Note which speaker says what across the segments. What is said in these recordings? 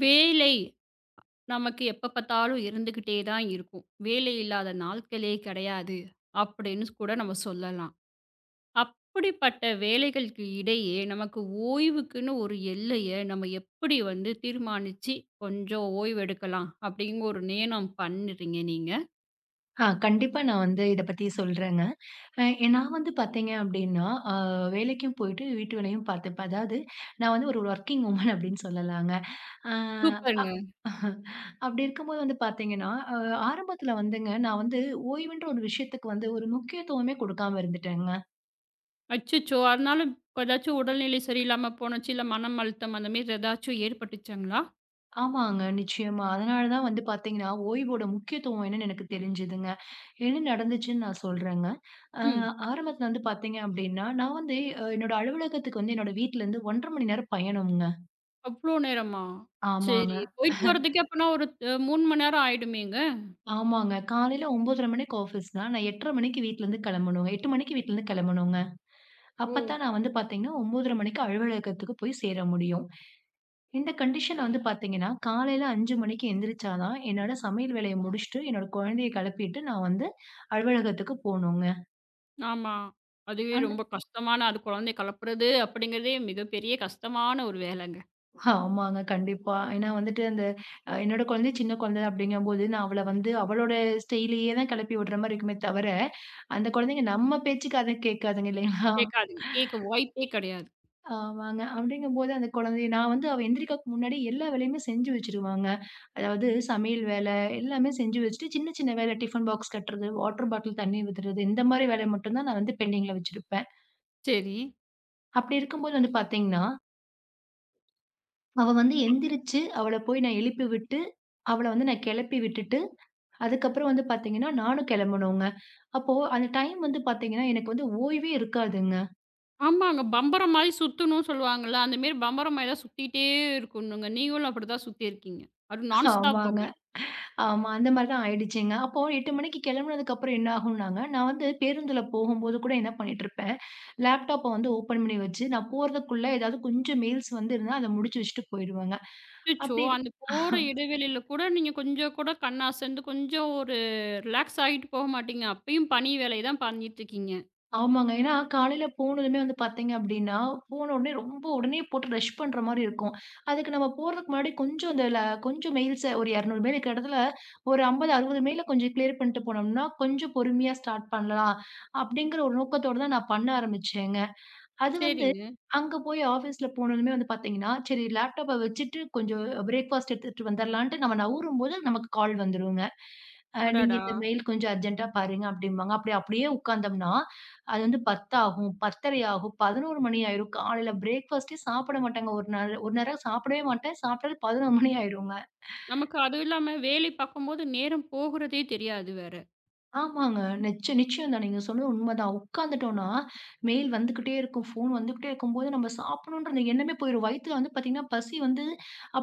Speaker 1: வேலை நமக்கு எப்ப பார்த்தாலும் இருந்துகிட்டே தான் இருக்கும். வேலை இல்லாத நாட்களே கிடையாது அப்படின்னு கூட நம்ம சொல்லலாம். அப்படிப்பட்ட வேலைகளுக்கு இடையே நமக்கு ஓய்வுக்குன்னு ஒரு எல்லைய நம்ம எப்படி வந்து தீர்மானிச்சு கொஞ்சம் ஓய்வு எடுக்கலாம் அப்படிங்கிற ஒரு நேணம் பண்ணுறீங்க நீங்க.
Speaker 2: ஆ கண்டிப்பா நான் வந்து இத பத்தி சொல்றேங்க. அ நான் வந்து பார்த்தீங்க அப்டின்னா, அ வேலைக்கும் போயிட்டு, வீட்டு வேலையும் பார்த்துப்பேன். அதாவது நான் வந்து ஒரு வொர்க்கிங் வுமன் அப்டின்னு சொல்லலாங்க. ஆ
Speaker 1: சூப்பருங்க.
Speaker 2: அப்டி இருக்கும்போது வந்து பார்த்தீங்கன்னா, ஆரம்பத்தில வந்துங்க நான் வந்து ஓய்வுன்ற ஒரு விஷயத்துக்கு வந்து ஒரு முக்கியத்துவமே குடுக்காம இருந்துட்டேங்க.
Speaker 1: அச்சச்சோ! அதனால ஏதாச்சும் உடல்நிலை சரியில்லாம போணுச்சு, இல்ல மனம் அழுத்தம் அந்த மாரி ஏதாச்சும் ஏற்பட்டுச்சாங்களா?
Speaker 2: ஆமாங்க. நிச்சயமா. அதனால தான் வந்து பார்த்தீங்கன்னா, ஓய்வோட முக்கியத்துவம் என்னன்னு எனக்கு தெரிஞ்சதுங்க. என்ன நடந்துச்சுன்னு நான் சொல்றேங்க. அ
Speaker 1: ம்.
Speaker 2: ஆரம்பத்துல வந்து பார்த்தீங்க அப்டின்னா, நான் வந்து என்னோட அலுவலகத்துக்கு வந்து என்னோட வீட்லருந்து 1½ மணி நேரம் பயணம்ங்க.
Speaker 1: அவ்ளோ நேரமா?
Speaker 2: ஆமாங்க.
Speaker 1: சரி. போயிட்டு வரதுக்கே அப்பன்னா ஒரு 3 மணி நேரம் ஆயிடுமேங்க?
Speaker 2: ஆமாங்க. காலையில 9:30 மணிக்கு ஆஃபீஸ்னா, நான் 8:30 மணிக்கு வீட்லருந்து கிளம்பணுங்க. 8 மணிக்கு வீட்லருந்து கிளம்பணுங்க.
Speaker 1: ஓ!
Speaker 2: அப்பத்தான் நான் வந்து பார்த்தீங்கன்னா, 9:30 மணிக்கு அலுவலகத்துக்கு போய் சேர முடியும். இந்த கண்டிஷன்ல வந்து பார்த்தீங்கன்னா, காலையில 5 மணிக்கு எந்திரிச்சா தான், என்னோட சமையல் வேலைய முடிச்சுட்டு, என்னோட குழந்தைய கிளப்பிட்டு நான் வந்து அலுவலகத்துக்கு போணுங்க.
Speaker 1: ஆமா. அதுவே
Speaker 2: அந்த
Speaker 1: ரொம்ப கஷ்டமான அது குழந்தைய கெளப்புறது அப்படிங்கிறதே மிகப்பெரிய கஷ்டமான ஒரு வேலைங்க.
Speaker 2: ஆமாங்க, கண்டிப்பா. ஏன்னா வந்துட்டு அந்த என்னோட குழந்தை சின்ன குழந்தை அப்படிங்கும்போது, நான் அவள வந்து அவளோட ஸ்டைல்லயே தான் கிளப்பி விடுற மாரி இருக்குமே தவிர, அந்த குழந்தைங்க நம்ம பேச்சுக்கு அத கேட்காதுங்க இல்லைங்களா?
Speaker 1: கேட்காதுங்க. கேட்க வாய்ப்பே கெடையாது.
Speaker 2: ஆமாங்க. அப்படிங்கும்போது அந்த குழந்தைய நான் வந்து அவ எந்திரிக்கிறக்கு முன்னாடி எல்லா வேலையுமே செஞ்சு வச்சுருவாங்க. அதாவது சமையல் வேலை எல்லாமே செஞ்சு வச்சுட்டு, சின்ன சின்ன வேலை டிஃபன் பாக்ஸ் கட்டுறது, வாட்டர் பாட்டில் தண்ணி ஊத்துறது, இந்த மாரி வேலைய மட்டும் தான் நான் வந்து பெண்டிங்ல வச்சிருப்பேன்.
Speaker 1: சரி.
Speaker 2: அப்படி இருக்கும்போது வந்து பார்த்தீங்கன்னா, அவ வந்து எந்திரிச்சு, அவள போய் நான் எழுப்பி விட்டு, அவள வந்து நான் கெளப்பி விட்டுட்டு, அதுக்கப்புறம் வந்து பார்த்தீங்கன்னா, நானும் கெளம்பணுங்க. அப்போ அந்த டைம் வந்து பார்த்தீங்கன்னா, எனக்கு வந்து ஓய்வே இருக்காதுங்க.
Speaker 1: ஆமாங்க. பம்பரம் மாரி சுத்தணும்னு சொல்லுவாங்கல்ல. அந்த மாரி பம்பரம் மாரி தான் சுத்திட்டே இருக்கணுங்க. நீங்களும் அப்படிதான் சுத்தியிருக்கீங்க. அது நான்ஸ்டாப்
Speaker 2: ஆமாங்க.
Speaker 1: பம்பரம்.
Speaker 2: ஆமா. அந்த மாரி தான் ஆயிடுச்சுங்க. அப்போ 8 மணிக்கு கெளம்புனதுக்கப்புறம் என்ன ஆகும்னாங்க, நான் வந்து பேருந்துல போகும்போது கூட என்ன பண்ணிட்டுருப்பேன், லேப்டாப்ப வந்து ஓப்பன் பண்ணி வச்சு, நான் போறதுக்குள்ள ஏதாவது கொஞ்சம் மெயில்ஸ் வந்து இருந்தா, அத முடிச்சு வச்சுட்டு போயிருவேங்க.
Speaker 1: அச்சச்சோ!
Speaker 2: அப்படி இரு
Speaker 1: அந்த போற இடைவெளியில கூட நீங்க கொஞ்சம் கூட கண் அசந்து கொஞ்சம் ஒரு ரிலாக்ஸ் ஆகிட்டு போக மாட்டீங்க. அப்பயும் பணி வேலைய தான் பண்ணிட்டுருக்கீங்க.
Speaker 2: ஆமாங்க. ஏன்னா காலையில போனதுமே வந்து பாத்தீங்க அப்படின்னா, போன உடனே ரொம்ப உடனே போட்டு ரஷ் பண்ற மாரி இருக்கும். அதுக்கு நம்ம போறதுக்கு முன்னாடி கொஞ்சம் அந்த ல கொஞ்சம் மெயில்ஸ ஒரு 200 மெயில் இருக்கிற இடத்துல, ஒரு 50, 60 மெயில கொஞ்சம் கிளியர் பண்ணிட்டு போனோம்னா, கொஞ்சம் பொறுமையா ஸ்டார்ட் பண்ணலாம். அப்படிங்கிற ஒரு நோக்கத்தோட தான் நான் பண்ண ஆரம்பிச்சேங்க. அது வந்து
Speaker 1: சரிங்க.
Speaker 2: அங்க போய் ஆஃபீஸ்ல போனதுமே வந்து பார்த்தீங்கன்னா, சரி லேப்டாப்ப வச்சுட்டு கொஞ்சம் பிரேக்ஃபாஸ்ட் எடுத்துட்டு வந்துரலான்ட்டு நம்ம நவுரும்போது நமக்கு கால் வந்துருங்க. நீங்க
Speaker 1: அடடா!
Speaker 2: இந்த மெயில் கொஞ்சம் அர்ஜென்ட்டா பாருங்க அப்டிம்பாங்க. அப்டி அப்படியே உட்கார்ந்தோம்னா, அது வந்து 10 ஆகும், 10:30 ஆகும், 11 மணி ஆயிரும். காலையில பிரேக்ஃபாஸ்ட்டே சாப்பிட மாட்டேங்க. ஒரு நாள் 1 நேரம் சாப்பிடவே மாட்டேன். சாப்பிட்டது 11 மணி ஆயிருங்க.
Speaker 1: நமக்கு அதுவும் இல்லாம வேலை பார்க்கும்போது நேரம் போகுறதே தெரியாது வேற.
Speaker 2: ஆமாங்க. நிச்சயம் தான். நீங்க சொன்னது உண்மதான். உட்காந்துட்டோம்னா, மெயில் வந்துக்கிட்டே இருக்கும், ஃபோன் வந்துக்கிட்டே இருக்கும்போது, நம்ம சாப்பிடணுன்ற அந்த எண்ணமே போயிரும். வயித்துல வந்து பார்த்தீங்கன்னா, பசி வந்து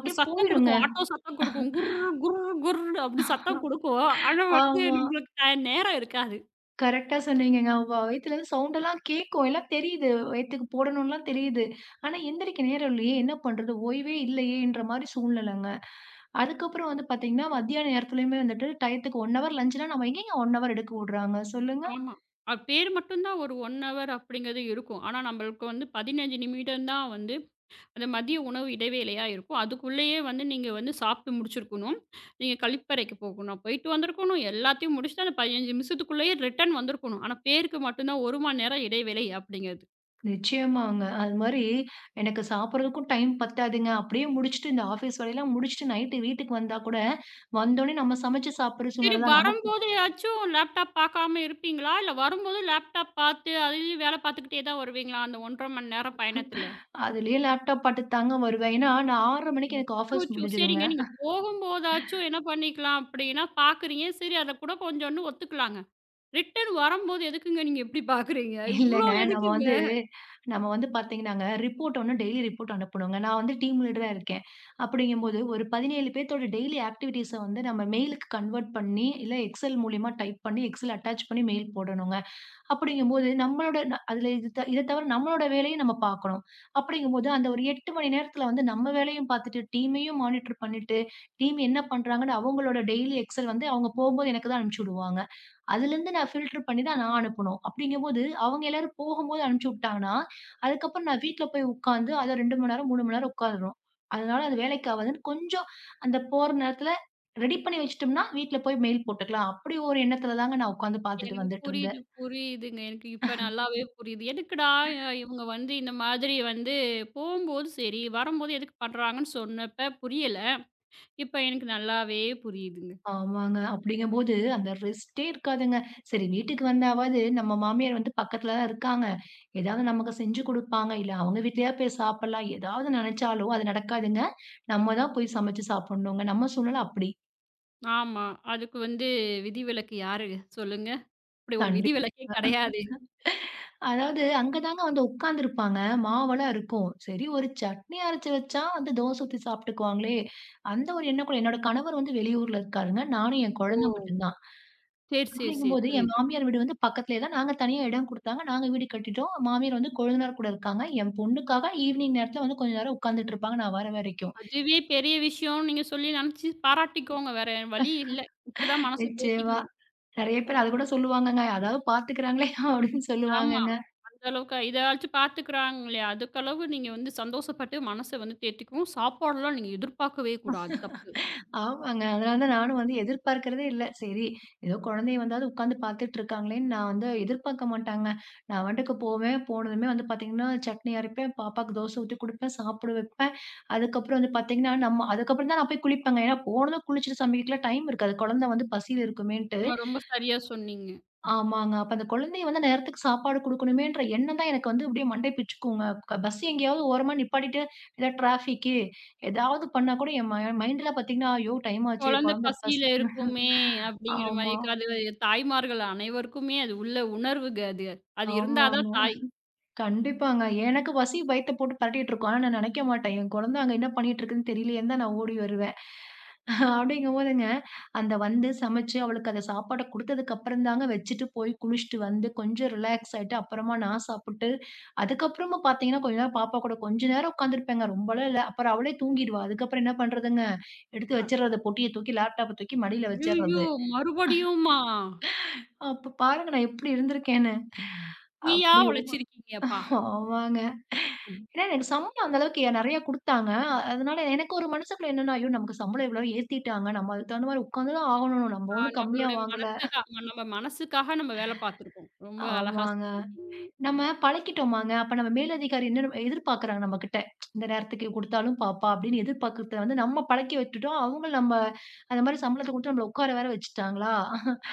Speaker 1: இந்த சத்தம்
Speaker 2: போயிருங்க.
Speaker 1: குடுக்கும். ஆட்டோ சத்தம் குடுக்கும். குர் குர் குர்ன்னு அப்படி சத்தம் குடுக்கும். ஆனா வந்து
Speaker 2: ஆமா.
Speaker 1: நம்மளுக்கு டை நேரம் இருக்காது.
Speaker 2: கரெக்ட்டா சொன்னீங்கங்க. வயித்துல சவுண்டெல்லாம் கேட்கும். எல்லாம் தெரியுது. வயித்துக்கு போடணும்லாம் தெரியுது. ஆனா, எந்திரிக்க நேரம் இல்லையே, என்ன பண்றது? ஓய்வே இல்லையேன்ற மாரி சூழ்நிலைங்க. அதுக்கப்புறம் வந்து பார்த்தீங்கன்னா, மத்தியான நேரத்துலயுமே வந்துட்டு, டயத்துக்கு 1 ஹவர் லஞ்சுனா, நம்ம எங்கேங்க 1 ஹவர் எடுக்க விடுறாங்க? சொல்லுங்க.
Speaker 1: ஆமா. அது பேர் மட்டும் தான் ஒரு 1 ஹவர் அப்படிங்கிறது இருக்கும். ஆனா நம்மளுக்கு வந்து 15 நிமிடம் தான் வந்து அந்த மதிய உணவு இடைவேளையா இருக்கும். அதுக்குள்ளேயே வந்து நீங்க வந்து சாப்பிட்டு முடிச்சிருக்கணும். நீங்க கழிப்பறைக்கு போகணும். போயிட்டு வந்திருக்கணும். எல்லாத்தையும் முடிச்சுட்டு அந்த 15 நிமிஷத்துக்குள்ளேயே ரிட்டர்ன் வந்திருக்கணும். ஆனா பேருக்கு மட்டும் தான் 1 மணி நேரம் இடைவேளை அப்படிங்கிறது.
Speaker 2: நிச்சயமாங்க. அது மாரி எனக்கு சாப்பிடுறதுக்கும் டைம் பத்தாதுங்க. அப்படியே முடிச்சுட்டு இந்த ஆஃபீஸ் வேலையெல்லாம் முடிச்சுட்டு நைட்டு வீட்டுக்கு வந்தா கூட, வந்தோனே நம்ம சமைச்சு சாப்பிடுற
Speaker 1: சரி
Speaker 2: சூழ்நிலை தான் நமக்கு.
Speaker 1: வரும்போதயாச்சும் லேப்டாப் பார்க்காம இருப்பீங்களா? இல்ல வரும்போது லேப்டாப் பார்த்து, அதுலயும் வேல பார்த்துக்கிட்டே தான் வருவீங்களா? அந்த 1½ மணி நேரம் பயணத்துல?
Speaker 2: அதுலயே லேப்டாப் பாத்துட்டு தாங்க வருவேன். ஏன்னா, நான் 6:30 மணிக்கு
Speaker 1: ம்.
Speaker 2: எனக்கு ஆஃபீஸ்
Speaker 1: அச்சச்சோ!
Speaker 2: முடிஞ்சுடுங்க.
Speaker 1: சரிங்க. நீங்க போகும்போதாச்சும் என்ன பண்ணிக்கலாம் அப்படின்னா பார்க்குறீங்க. சரி அத கூட கொஞ்சம்ன்னு ஒத்துக்கலாங்க. ரிட்டர்ன் வரும்போது எதுக்குங்க நீங்க இப்படி பார்க்குறீங்க? இவ்ளோ
Speaker 2: இல்லங்க நம்ம
Speaker 1: எதுக்குங்க?
Speaker 2: வந்து பாத்தீங்கன்னாங்க, ரிப்போர்ட் ஒண்ணு டெய்லி ரிப்போர்ட் அனுப்பணுங்க. நான் வந்து டீம் லீடரா இருக்கேன். அப்படிங்கும்போது ஒரு 17 பேத்தோட டெய்லி ஆக்டிவிட்டீஸ வந்து நம்ம மெயிலுக்கு கன்வெர்ட் பண்ணி, இல்ல எக்ஸெல் மூலியமா டைப் பண்ணி, எக்ஸெல் அட்டாச் பண்ணி மெயில் போடணுங்க. அப்படிங்கும்போது நம்மளோட அதுல இது த இத தவிர நம்மளோட வேலையும் நம்ம பார்க்கணும். அப்படிங்கும்போது அந்த ஒரு 8 மணி நேரத்துல வந்து நம்ம வேலையும் பார்த்துட்டு, டீமையும் மானிட்டர் பண்ணிட்டு, டீம் என்ன பண்றாங்கன்னு அவங்களோட டெய்லி எக்ஸெல் வந்து அவங்க போம்போது எனக்கு தான் அனுப்பிச்சு விடுவாங்க. அதுலருந்து நான் ஃபில்டர் பண்ணி தான் நான் அனுப்பணும். அப்படிங்கும்போது அவங்க எல்லாரும் போகும்போது அனுப்பிச்சு விட்டாங்கன்னா, அதுக்கப்புறம் நான் வீட்ல போய் உட்காந்து அத 2 மணி நேரம், 3 மணி நேரம் உட்காருறோம். அதனால அது வேலைக்கு ஆவாதுன்னு கொஞ்சம் அந்த போற நேரத்துல ரெடி பண்ணி வச்சுட்டோம்னா, வீட்ல போய் மெயில் போட்டுக்கலாம். அப்படி ஒரு எண்ணத்துல தாங்க நான் உட்காந்து பார்த்துட்டு
Speaker 1: எனக்கு
Speaker 2: வந்துட்டுருந்தேன்.
Speaker 1: புரியுது, புரியுதுங்க. எனக்கு இப்ப நல்லாவே புரியுது. எதுக்குடா இவங்க வந்து இந்த மாதிரி வந்து போம்போது சரி, வரும்போது எதுக்கு பண்றாங்கன்னு சொன்னப்ப புரியல. இப்ப எனக்கு நல்லாவே புரியுதுங்க.
Speaker 2: ஆமாங்க. அப்படிங்கும்போது அந்த ரெஸ்ட்டே இருக்காதுங்க. சரி வீட்டுக்கு வந்தாவது நம்ம மாமியார் வந்து பக்கத்துல தான் இருக்காங்க. ஏதாவது நமக்கு செஞ்சு குடுப்பாங்க. இல்ல அவங்க வீட்லயா போய் சாப்பிடலாம். ஏதாவது நெனச்சாலும் அது நடக்காதுங்க. நம்ம தான் போய் சமைச்சு சாப்பிடணுங்க. நம்ம சூழ்நிலை அப்படி.
Speaker 1: ஆமா. அதுக்கு வந்து விதிவிலக்கு யாரு சொல்லுங்க? அப்படி ஒரு
Speaker 2: கண்டி
Speaker 1: விதிவிலக்கே கிடையாதே.
Speaker 2: அதாவது அங்க தாங்க வந்து உட்கார்ந்துருப்பாங்க. மாவெல்லாம் இருக்கும். சரி ஒரு சட்னி அரைச்சு வச்சா வந்து தோசை ஊத்தி சாப்பிட்டுக்குவாங்களே! அந்த ஒரு எண்ணம் கூட என்னோட கணவர் வந்து வெளியூர்ல இருக்காருங்க. நானும் என் குழந்தை
Speaker 1: ஓ!
Speaker 2: மட்டும் தான்.
Speaker 1: சரி, சரி, சரி.
Speaker 2: அப்படிங்கும்போது, என்
Speaker 1: புரியுது.
Speaker 2: மாமியார் வீடு வந்து பக்கத்திலேயே தான். நாங்க தனியா இடம் குடுத்தாங்க. நாங்க வீடு கட்டிட்டோம். மாமியார் வந்து கொழுந்தனார் கூட இருக்காங்க. என் பொண்ணுக்காக ஈவினிங் நேரத்தில வந்து கொஞ்ச நேரம் உட்கார்ந்துட்டு இருப்பாங்க, நான் வர வரைக்கும்.
Speaker 1: அதுவே பெரிய விஷயம்னு நீங்க சொல்லி நினைச்சு பாராட்டிக்கோங்க. வேற வழி இல்ல. இப்படிதான் மனச
Speaker 2: நிச்சயமா.
Speaker 1: தேத்திக்கணும்.
Speaker 2: நெறைய பேர் அதுகூட சொல்லுவாங்கங்க. அதாவது பார்த்துக்கிறாங்களே அப்படின்னு
Speaker 1: ஆமா.
Speaker 2: சொல்லுவாங்கங்க.
Speaker 1: அந்த அளவுக்கு இதையாச்சும் பார்த்துக்கிறாங்களே, அதுக்களவு நீங்க வந்து சந்தோஷப்பட்டு மனச வந்து தேத்திக்கவும், சாப்பாடுலாம் நீங்க எதிர்பார்க்கவே கூடாது. தப்பு.
Speaker 2: ஆமாங்க. அதனால தான் நானும் வந்து எதிர்பார்க்கிறதே இல்ல. சரி, ஏதோ குழந்தைய வந்தாவது உட்காந்து பார்த்துட்டு இருக்காங்களேன்னு நான் வந்து எதிர்பார்க்க மாட்டாங்க. நான் பாட்டுக்கு போவேன். போனதுமே வந்து பார்த்தீங்கன்னா, சட்னி அரைப்பேன், பாப்பாக்கு தோசை ஊத்தி குடுப்பேன், சாப்பிட வைப்பேன். அதுக்கப்புறம் வந்து பார்த்தீங்கன்னா, நம்ம அதுக்கப்புறம் தான் நான் போய் குளிப்பேங்க. ஏன்னா போனதும் குளிச்சுட்டு சமைக்கக்குலாம் டைம் இருக்காது. குழந்தை வந்து பசியில இருக்குமேன்ட்டு,
Speaker 1: ஆமா. ரொம்ப சரியா சொன்னீங்க.
Speaker 2: ஆமாங்க. அப்ப அந்த குழந்தைய வந்து நேரத்துக்கு சாப்பாடு குடுக்கணுமேன்ற எண்ணம் தான் எனக்கு வந்து அப்படியே மண்டை பிச்சுக்குங்க. பஸ் எங்கேயாவது ஓரமா நிப்பாட்டிட்டு, ஏதாவது டிராஃபிக்கு, ஏதாவது பண்ணா கூட என் மைண்ட்ல பாத்தீங்கன்னா, ஐயோ! டைம் ஆச்சு.
Speaker 1: "குழந்தை
Speaker 2: குழந்தை
Speaker 1: பசியில
Speaker 2: பசிக்குது.
Speaker 1: இருக்குமே" அப்படிங்கிற
Speaker 2: ஆமா,
Speaker 1: மாதிரி. அது தாய்மார்கள் அனைவருக்குமே அது உள்ள உணர்வுங்க அது. அது இருந்தா
Speaker 2: ஆமாங்க.
Speaker 1: தான் தாய்.
Speaker 2: கண்டிப்பாங்க. எனக்கு பசி வயித்த போட்டு பெரட்டிட்டுருக்கும். ஆனா நான் நெனைக்க மாட்டேன். என் குழந்த அங்க என்ன பண்ணிட்டுருக்குன்னு தெரியலையேன்னு தான் நான் ஓடி வருவேன். அப்படிங்கும்போதுங்க, அந்த வந்து சமைச்சு அவளுக்கு அந்த சாப்பாட குடுத்ததுக்கு அப்புறம் தாங்க வச்சுட்டு போய் குளிச்சுட்டு வந்து கொஞ்சம் ரிலாக்ஸ் ஆயிட்டு அப்புறமா நான் சாப்பிட்டு, அதுக்கப்புறமா பார்த்தீங்கன்னா, கொஞ்ச நேரம் பாப்பா கூட கொஞ்ச நேரம் உட்காந்துருப்பேங்க. ரொம்பலாம் இல்ல. அப்புறம் அவளே தூங்கிடுவா. அதுக்கப்புறம் என்ன பண்றதுங்க? எடுத்து வச்சுறது. பொட்டிய தூக்கி லேப்டாப்ப தூக்கி மடியில
Speaker 1: ஐயய்யோ!
Speaker 2: வச்சுறது.
Speaker 1: மறுபடியுமா?
Speaker 2: அப்ப பாருங்க நான் எப்படி இருந்திருக்கேன்னு.
Speaker 1: நீயா
Speaker 2: அப்படி
Speaker 1: உழைச்சிருக்கீங்கப்பா.
Speaker 2: ஆமாங்க. ஏன்னா எனக்கு சம்பளம் அந்த அளவுக்கு நெறைய குடுத்தாங்க. அதனால எனக்கு ஒரு மனசுக்குள்ள என்னன்னா, ஐயோ! நமக்கு சம்பளம் இவ்வளோ ஏத்திட்டாங்க. நம்ம அதுக்கு தகுந்த மாரி உட்காந்து தான் ஆகணும். நம்ம
Speaker 1: ஆ,
Speaker 2: ஒண்ணும் கம்மியா
Speaker 1: நம்மளுடைய
Speaker 2: வாங்கல.
Speaker 1: மனசு தான். நம்ம மனசுக்காக நம்ம வேலை பார்த்துருக்கோம். ரொம்ப அழகா
Speaker 2: ஆமாங்க.
Speaker 1: சொல்லியிருக்கீங்க.
Speaker 2: நம்ம பழக்கிட்டோமாங்க. அப்ப நம்ம மேலதிகாரி என்ன எதிர்பார்க்குறாங்க நம்மகிட்ட. இந்த நேரத்துக்கு குடுத்தாலும் பாப்பா அப்படின்னு எதிர்பார்க்கறத வந்து நம்ம பழக்கி விட்டுட்டோம். அவங்க நம்ம அந்த மாரி சம்பளத்த குடுத்து நம்மள உட்கார வேற வச்சுட்டாங்களா?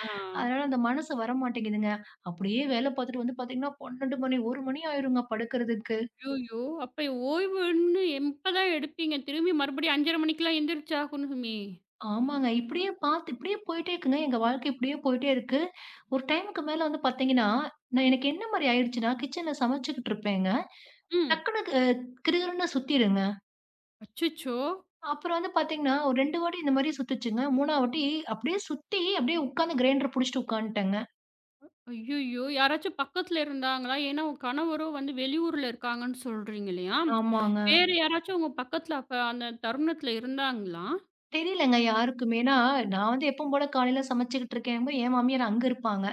Speaker 1: ஆ.
Speaker 2: அதனால அந்த மனசு வரமாட்டேங்குதுங்க. அப்படியே வேல பார்த்துட்டு வந்து பார்த்தீங்கன்னா, 12 மணி 1 மணி ஆயிருங்க படுக்கிறதுக்கு.
Speaker 1: ஐய்யய்யோ! அப்ப ஓய்வுன்னு எப்ப தான் எடுப்பீங்க? திரும்பி மறுபடியும் 5:30 மணிக்கெல்லாம் எந்திரிச்சாகணுமே!
Speaker 2: ஆமாங்க. இப்படியே பார்த்து இப்படியே போயிட்டே இருக்குங்க. எங்க வாழ்க்கை இப்படியே போயிட்டே இருக்கு. ஒரு டைமுக்கு மேல வந்து பார்த்தீங்கன்னா, நான் எனக்கு என்ன மாரி ஆயிடுச்சுன்னா, கிச்சன்ல சமைச்சுக்கிட்டு இருப்பேங்க.
Speaker 1: ம்.
Speaker 2: டக்குனு கிறுகிறுன்னு சுத்திருங்க.
Speaker 1: அச்சச்சோ!
Speaker 2: அப்புறம் வந்து பார்த்தீங்கன்னா, ஒரு 2 வாட்டி இந்த மாரி சுத்துச்சுங்க. 3வது வாட்டி அப்படியே சுத்தி அப்படியே உட்காந்து கிரைண்டர் புடிச்சுட்டு உட்காந்துட்டேங்க.
Speaker 1: ஐய்யய்யோ! யாராச்சும் பக்கத்துல இருந்தாங்களா? ஏன்னா உங்க கணவரும் வந்து வெளியூர்ல இருக்காங்கன்னு சொல்றீங்க இல்லையா?
Speaker 2: ஆமாங்க.
Speaker 1: வேற யாராச்சும் உங்க பக்கத்துல அப்ப அந்த தருணத்துல இருந்தாங்களா?
Speaker 2: தெரியலங்க யாருக்குமே. ஏன்னா, நான் வந்து எப்பவும் போல காலையில சமைச்சுக்கிட்டு இருக்கேங்கும்போது, என் மாமியார் அங்க இருப்பாங்க.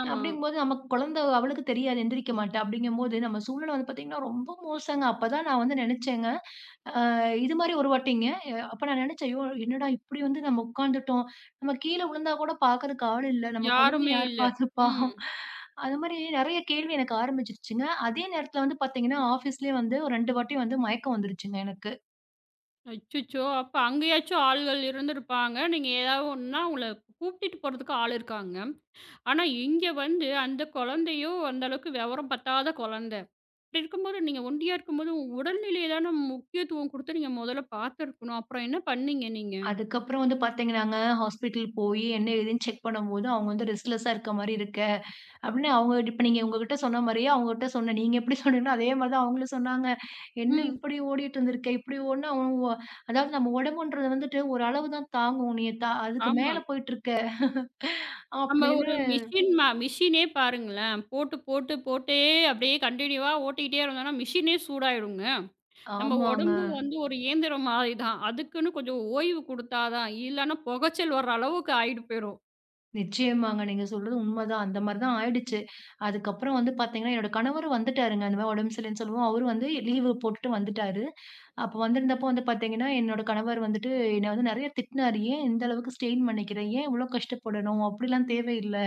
Speaker 1: ஆமா.
Speaker 2: அப்படிங்கும்போது நமக்கு குழந்தை அவளுக்கு தெரியாது எந்திரிக்க மாட்டா. அப்படிங்கும்போது நம்ம சூழ்நிலை வந்து பார்த்தீங்கன்னா, ரொம்ப மோசங்க. அப்பதான் நான் வந்து நினைச்சேங்க. அ இது மாரி ஒரு வாட்டிங்க, அப்ப நான் நெனச்சேன், "ஐயோ! என்னடா இப்டி வந்து நம்ம உட்காந்துட்டோம். நம்ம கீழ விழுந்தா கூட பாக்கறதுக்கு ஆள் இல்ல. நம்ம குழந்தைய
Speaker 1: யாருமே
Speaker 2: யார்
Speaker 1: இல்ல.
Speaker 2: பாத்துப்பா?"
Speaker 1: ம்.
Speaker 2: அது மாரி நெறைய கேள்வி எனக்கு ஆரம்பிச்சுருச்சுங்க. அதே நேரத்துல வந்து பாத்தீங்கன்னா, ஆஃபீஸ்லயே வந்து ஒரு 2 வாட்டி வந்து மயக்கம் வந்துருச்சுங்க எனக்கு.
Speaker 1: அச்சச்சோ! அப்ப அங்கேயாச்சும் ஆள்கள் இருந்திருப்பாங்க. நீங்க ஏதாவது ஒண்ணுன்னா உங்கள கூட்டிட்டு போறதுக்கு ஆள் இருக்காங்க. ஆனா, இங்க வந்து அந்த குழந்தையோ அந்த அளவுக்கு விவரம் பத்தாத குழந்தை. அப்படி இருக்கும்போது நீங்க ஒண்டியா இருக்கும்போது உங்க உடல்நிலைய தான முக்கியத்துவம் குடுத்து நீங்க முதல்ல பார்த்துருக்கணும். அப்புறம் என்ன பண்ணீங்க நீங்க?
Speaker 2: அதுக்கப்புறம் வந்து பாத்தீங்கன்னாங்க, ஹாஸ்பிட்டல் போயி என்ன ஏதுன்னு செக் பண்ணும்போது, அவங்க வந்து ரெஸ்ட்லெஸ்ஸா இருக்க மாரி இருக்க. அப்படின்னு அவங்க இப்ப நீங்க உங்ககிட்ட சொன்ன மாரியே அவங்ககிட்ட சொன்னேன். நீங்க எப்படி சொன்னீங்களோ அதே மாரி தான் அவங்களும் சொன்னாங்க. "என்ன
Speaker 1: ம்.
Speaker 2: இப்படி ஓடிட்டு இருந்திருக்க? இப்படி ஓடுனா உன் அதாவது நம்ம உடம்புன்றது வந்துட்டு ஒரு அளவு தான் தாங்கும். நீ த அதுக்கு
Speaker 1: ஆமா.
Speaker 2: மேல போயிட்டுருக்க"
Speaker 1: நம்ம
Speaker 2: அப்படின்னு
Speaker 1: ஒரு மிஷின் மிஷினே பாருங்களேன். போட்டு, போட்டு, போட்டே அப்படியே கன்டினியூவா ஓட்டிக்கிட்டே இருந்தோம்னா மிஷினே சூடாயிடுங்க. நம்ம
Speaker 2: ஆமாங்க.
Speaker 1: உடம்பு வந்து ஒரு இயந்திரம் மாரி தான். அதுக்குன்னு கொஞ்சம் ஓய்வு குடுத்தா தான். இல்லன்னா புகைச்சல் வர அளவுக்கு ஆயிட்டு போயிரும்.
Speaker 2: நிச்சயமாங்க. நீங்க சொல்றது உண்மதான். அந்த மாரி தான் ஆயிடுச்சு. அதுக்கப்புறம் வந்து பார்த்தீங்கன்னா, என்னோட கணவர் வந்துட்டாருங்க. அந்த மாரி உடம்பு சரியில்லன்னு சொல்லவும், அவரு வந்து லீவு போட்டுட்டு வந்துட்டாரு. அப்போ வந்திருந்தப்போ வந்து பார்த்தீங்கன்னா, என்னோட கணவர் வந்துட்டு என்ன வந்து நெறைய திட்டினாரு. "ஏன் இந்த அளவுக்கு ஸ்ட்ரெயின் பண்ணிக்கிற? ஏன் இவ்ளோ கஷ்டப்படணும்? அப்படிலாம் தேவையில்ல."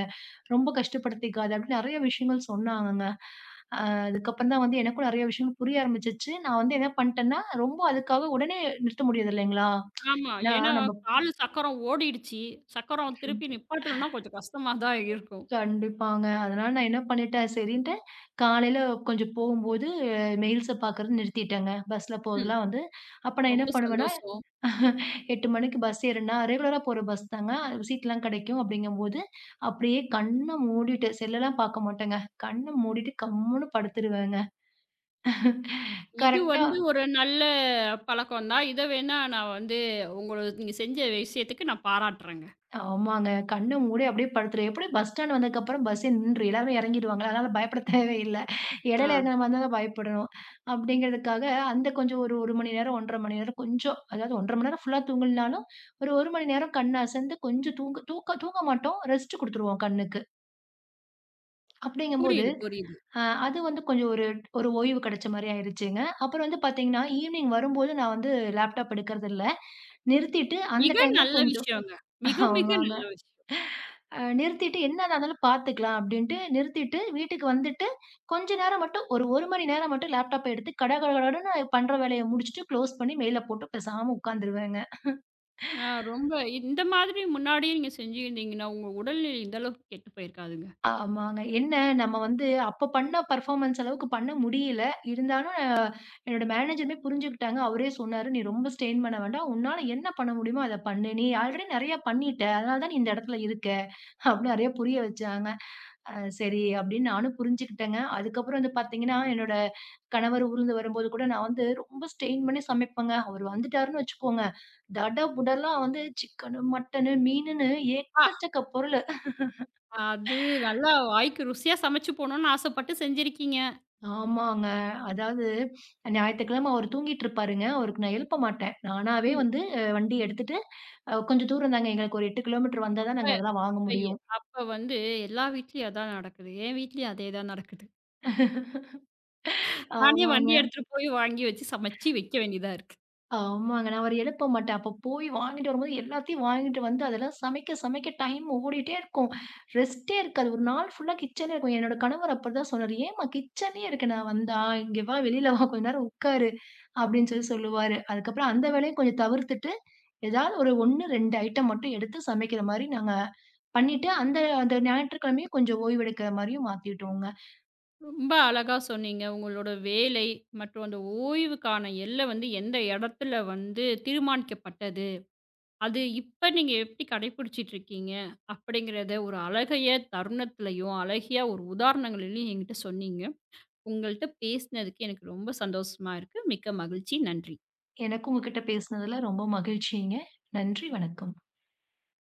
Speaker 2: ரொம்ப கஷ்டப்படுத்திக்காத அப்படின்னு நெறைய விஷயங்கள் சொன்னாங்கங்க. அ அதுக்கப்புறம் தான் வந்து எனக்கும் நெறைய விஷயங்கள் புரிய ஆரம்பிச்சுச்சு. நான் வந்து என்ன பண்ணிட்டேன்னா, ரொம்ப அதுக்காக உடனே நிறுத்த முடியாது இல்லைங்களா?
Speaker 1: ஆமா.
Speaker 2: ஏன்னா
Speaker 1: ஏன்னா
Speaker 2: நம்ம
Speaker 1: கால் சக்கரம் ஓடிடுச்சு. சக்கரம்
Speaker 2: ம்
Speaker 1: திருப்பி நிப்பாட்டணும்னா கொஞ்சம் கஷ்டமா தான் இருக்கும்.
Speaker 2: கண்டிப்பாங்க. அதனால நான் என்ன பண்ணிட்டேன் சரின்ட்டு காலையில கொஞ்சம் போகும்போது மெயில்ஸ பார்க்கறது நிறுத்திட்டேங்க. பஸ்ல
Speaker 1: ம்.
Speaker 2: போறதெல்லாம் வந்து அப்ப நான் என்ன
Speaker 1: ரொம்ப
Speaker 2: பண்ணுவேன்னா,
Speaker 1: சந்தோஷம்.
Speaker 2: 8 மணிக்கு பஸ் ஏறுனா ரெகுலரா போற பஸ் தாங்க. சீட்லாம் கிடைக்கும் அப்படிங்கும்போது, அப்படியே கண்ண மூடிட்டு செல்லலாம் பார்க்க மாட்டேங்க. கண்ண மூடிட்டு கம்முனு படுத்துருவேங்க.
Speaker 1: இது
Speaker 2: கரெக்ட்டா
Speaker 1: வந்து ஒரு நல்ல பழக்கம் தான். இத வேணா நான் வந்து உங்கள நீங்க செஞ்ச விஷயத்துக்கு நான் பாராட்டுறேங்க.
Speaker 2: ஆமாங்க. கண்ண மூடி அப்படியே படுத்துருவேன். எப்படியும் பஸ் ஸ்டாண்ட் வந்ததுக்கப்புறம் பஸ்ஸே நின்றும். எல்லாருமே எறங்கிடுவாங்கல்ல. அதனால பயப்பட தேவையில்ல.
Speaker 1: ஆ.
Speaker 2: இடையில எறங்குனமா இருந்தா தான் பயப்படணும். அப்படிங்கிறதுக்காக அந்த கொஞ்சம் ஒரு 1 மணி நேரம், 1½ மணி நேரம் கொஞ்சம் அதாவது 1½ மணி நேரம் ஃபுல்லா தூங்கலனாலும், ஒரு 1 மணி நேரம் கண் அசந்து கொஞ்சம் தூங்க மாட்டோம். ரெஸ்ட் குடுத்துருவோம் கண்ணுக்கு. அப்படிங்கும்போது,
Speaker 1: புரியுது, புரியுது.
Speaker 2: அ அது வந்து கொஞ்சம் ஒரு ஒரு ஓய்வு கிடைச்ச மாரி ஆயிருச்சுங்க. அப்புறம் வந்து பார்த்தீங்கன்னா, ஈவ்னிங் வரும்போது நான் வந்து லேப்டாப் எடுக்கறதில்ல. நிறுத்திட்டு அந்த
Speaker 1: மிக
Speaker 2: டைமும்
Speaker 1: நல்ல
Speaker 2: கொஞ்சம்
Speaker 1: விஷயங்க. மிக, மிக
Speaker 2: ஆமாங்க.
Speaker 1: நல்ல விஷயம்.
Speaker 2: நிறுத்திட்டு என்னதான் இருந்தாலும் பார்த்துக்கலாம் அப்படின்ட்டு நிறுத்திட்டு, வீட்டுக்கு வந்துட்டு, கொஞ்ச நேரம் மட்டும் ஒரு 1 மணி நேரம் மட்டும் லேப்டாப்ப எடுத்து கடகடகடன்னு பண்ற வேலைய முடிச்சுட்டு க்ளோஸ் பண்ணி மெயில போட்டு பேசாம உட்காந்துருவேங்க.
Speaker 1: ஆ, ரொம்ப இந்த மாதிரி முன்னாடியே நீங்க செஞ்சிருந்தீங்கன்னா, உங்க உடல்நிலை இந்த அளவுக்கு கெட்டு போயிருக்காதுங்க.
Speaker 2: ஆமாங்க. நம்ம வந்து அப்ப பண்ண பெர்ஃபார்மன்ஸ் அளவுக்கு பண்ண முடியல. இருந்தாலும் என்னோட மேனேஜருமே புரிஞ்சுக்கிட்டாங்க. அவரே சொன்னாரு, "நீ ரொம்ப ஸ்ட்ரெயின் பண்ண வேண்டாம். உன்னால என்ன பண்ண முடியுமோ அத பண்ணு. நீ ஆல்ரெடி நெறைய பண்ணிட்ட. அதனால தான் நீ இந்த இடத்துல இருக்க." அப்படின்னு நெறைய புரிய வச்சாங்க. அ சரி அப்படின்னு நானும் புரிஞ்சுக்கிட்டேங்க. அதுக்கப்புறம் வந்து பார்த்தீங்கன்னா, என்னோட கணவர் ஊர்லருந்து வரும்போது கூட நான் வந்து ரொம்ப ஸ்ட்ரெயின் பண்ணி சமைப்பேங்க. அவர் வந்துட்டாருன்னு வச்சுக்கோங்க, தட புடலா வந்து சிக்கனு, மட்டனு, மீனுன்னு
Speaker 1: ஆ,
Speaker 2: ஏக்கச்சக்க பொருளு.
Speaker 1: அது நல்லா வாய்க்கு ருசியா சமைச்சு போணும்னு ஆசைப்பட்டு செஞ்சிருக்கீங்க.
Speaker 2: ஆமாங்க. அதாவது ஞாயித்துக்கிழமை அவர் தூங்கிட்டு இருப்பாருங்க. அவருக்கு நான் எழுப்ப மாட்டேன். நானாவே
Speaker 1: ம்.
Speaker 2: வந்து வண்டி எடுத்துட்டு கொஞ்சம் தூரம் தாங்க எங்களுக்கு ஒரு 8 கிலோமீட்டர் வந்தா தான்
Speaker 1: இப்ப
Speaker 2: நாங்க அதெல்லாம் வாங்க
Speaker 1: இப்ப எ
Speaker 2: முடியும்.
Speaker 1: அப்ப வந்து எல்லா வீட்லயும் அதான் நடக்குது. என் வீட்லயும் அதே தான் நடக்குது. நானே வண்டி
Speaker 2: ஆமாங்க.
Speaker 1: எடுத்துட்டு போய் வாங்கி வச்சு சமைச்சு வைக்க வேண்டியதா இருக்கு.
Speaker 2: ஆமாங்க. நான் அவர எழுப்ப மாட்டேன். அப்ப போய் வாங்கிட்டு வரும்போது எல்லாத்தையும் வாங்கிட்டு வந்து அதெல்லாம் சமைக்க சமைக்க டைம் ஓடிட்டே இருக்கும். ரெஸ்ட்டே இருக்காது. ஒரு நாள் ஃபுல்லா கிச்சன்லே இருக்கும். என்னோட கணவர் அப்பதான் சொன்னாரு, "ஏம்மா கிச்சன்லே இருக்க நான் வந்தா, இங்க வா வெளியில வா கொஞ்ச நேரம் உட்காரு" அப்படின்னு சொல்லி சொல்லுவாரு. அதுக்கப்புறம் அந்த வேலையும் கொஞ்சம் தவிர்த்துட்டு, ஏதாவது ஒரு 1, 2 ஐட்டம் மட்டும் எடுத்து சமைக்கிற மாரி நாங்க பண்ணிட்டு, அந்த அந்த ஞாயிற்றுக்கிழமையும் கொஞ்சம் ஓய்வெடுக்கிற மாரியும் மாத்திட்டோங்க.
Speaker 1: ரொம்ப அழகா சொன்னீங்க. உங்களோட வேலை மற்றும் அந்த ஓய்வுக்கான எல்லை வந்து எந்த இடத்துல வந்து தீர்மானிக்கப்பட்டது. அது இப்ப நீங்க எப்படி கடைபிடிச்சிட்டு இருக்கீங்க அப்படிங்கிறத ஒரு அழகைய தருணத்திலயும், அழகிய ஒரு உதாரணங்களிலயும் என்கிட்ட சொன்னீங்க. உங்கள்ட்ட பேசினதுக்கு எனக்கு ரொம்ப சந்தோஷமா இருக்கு. மிக்க மகிழ்ச்சி. நன்றி.
Speaker 2: எனக்கு உங்ககிட்ட பேசினதுல ரொம்ப மகிழ்ச்சிங்க. நன்றி, வணக்கம்.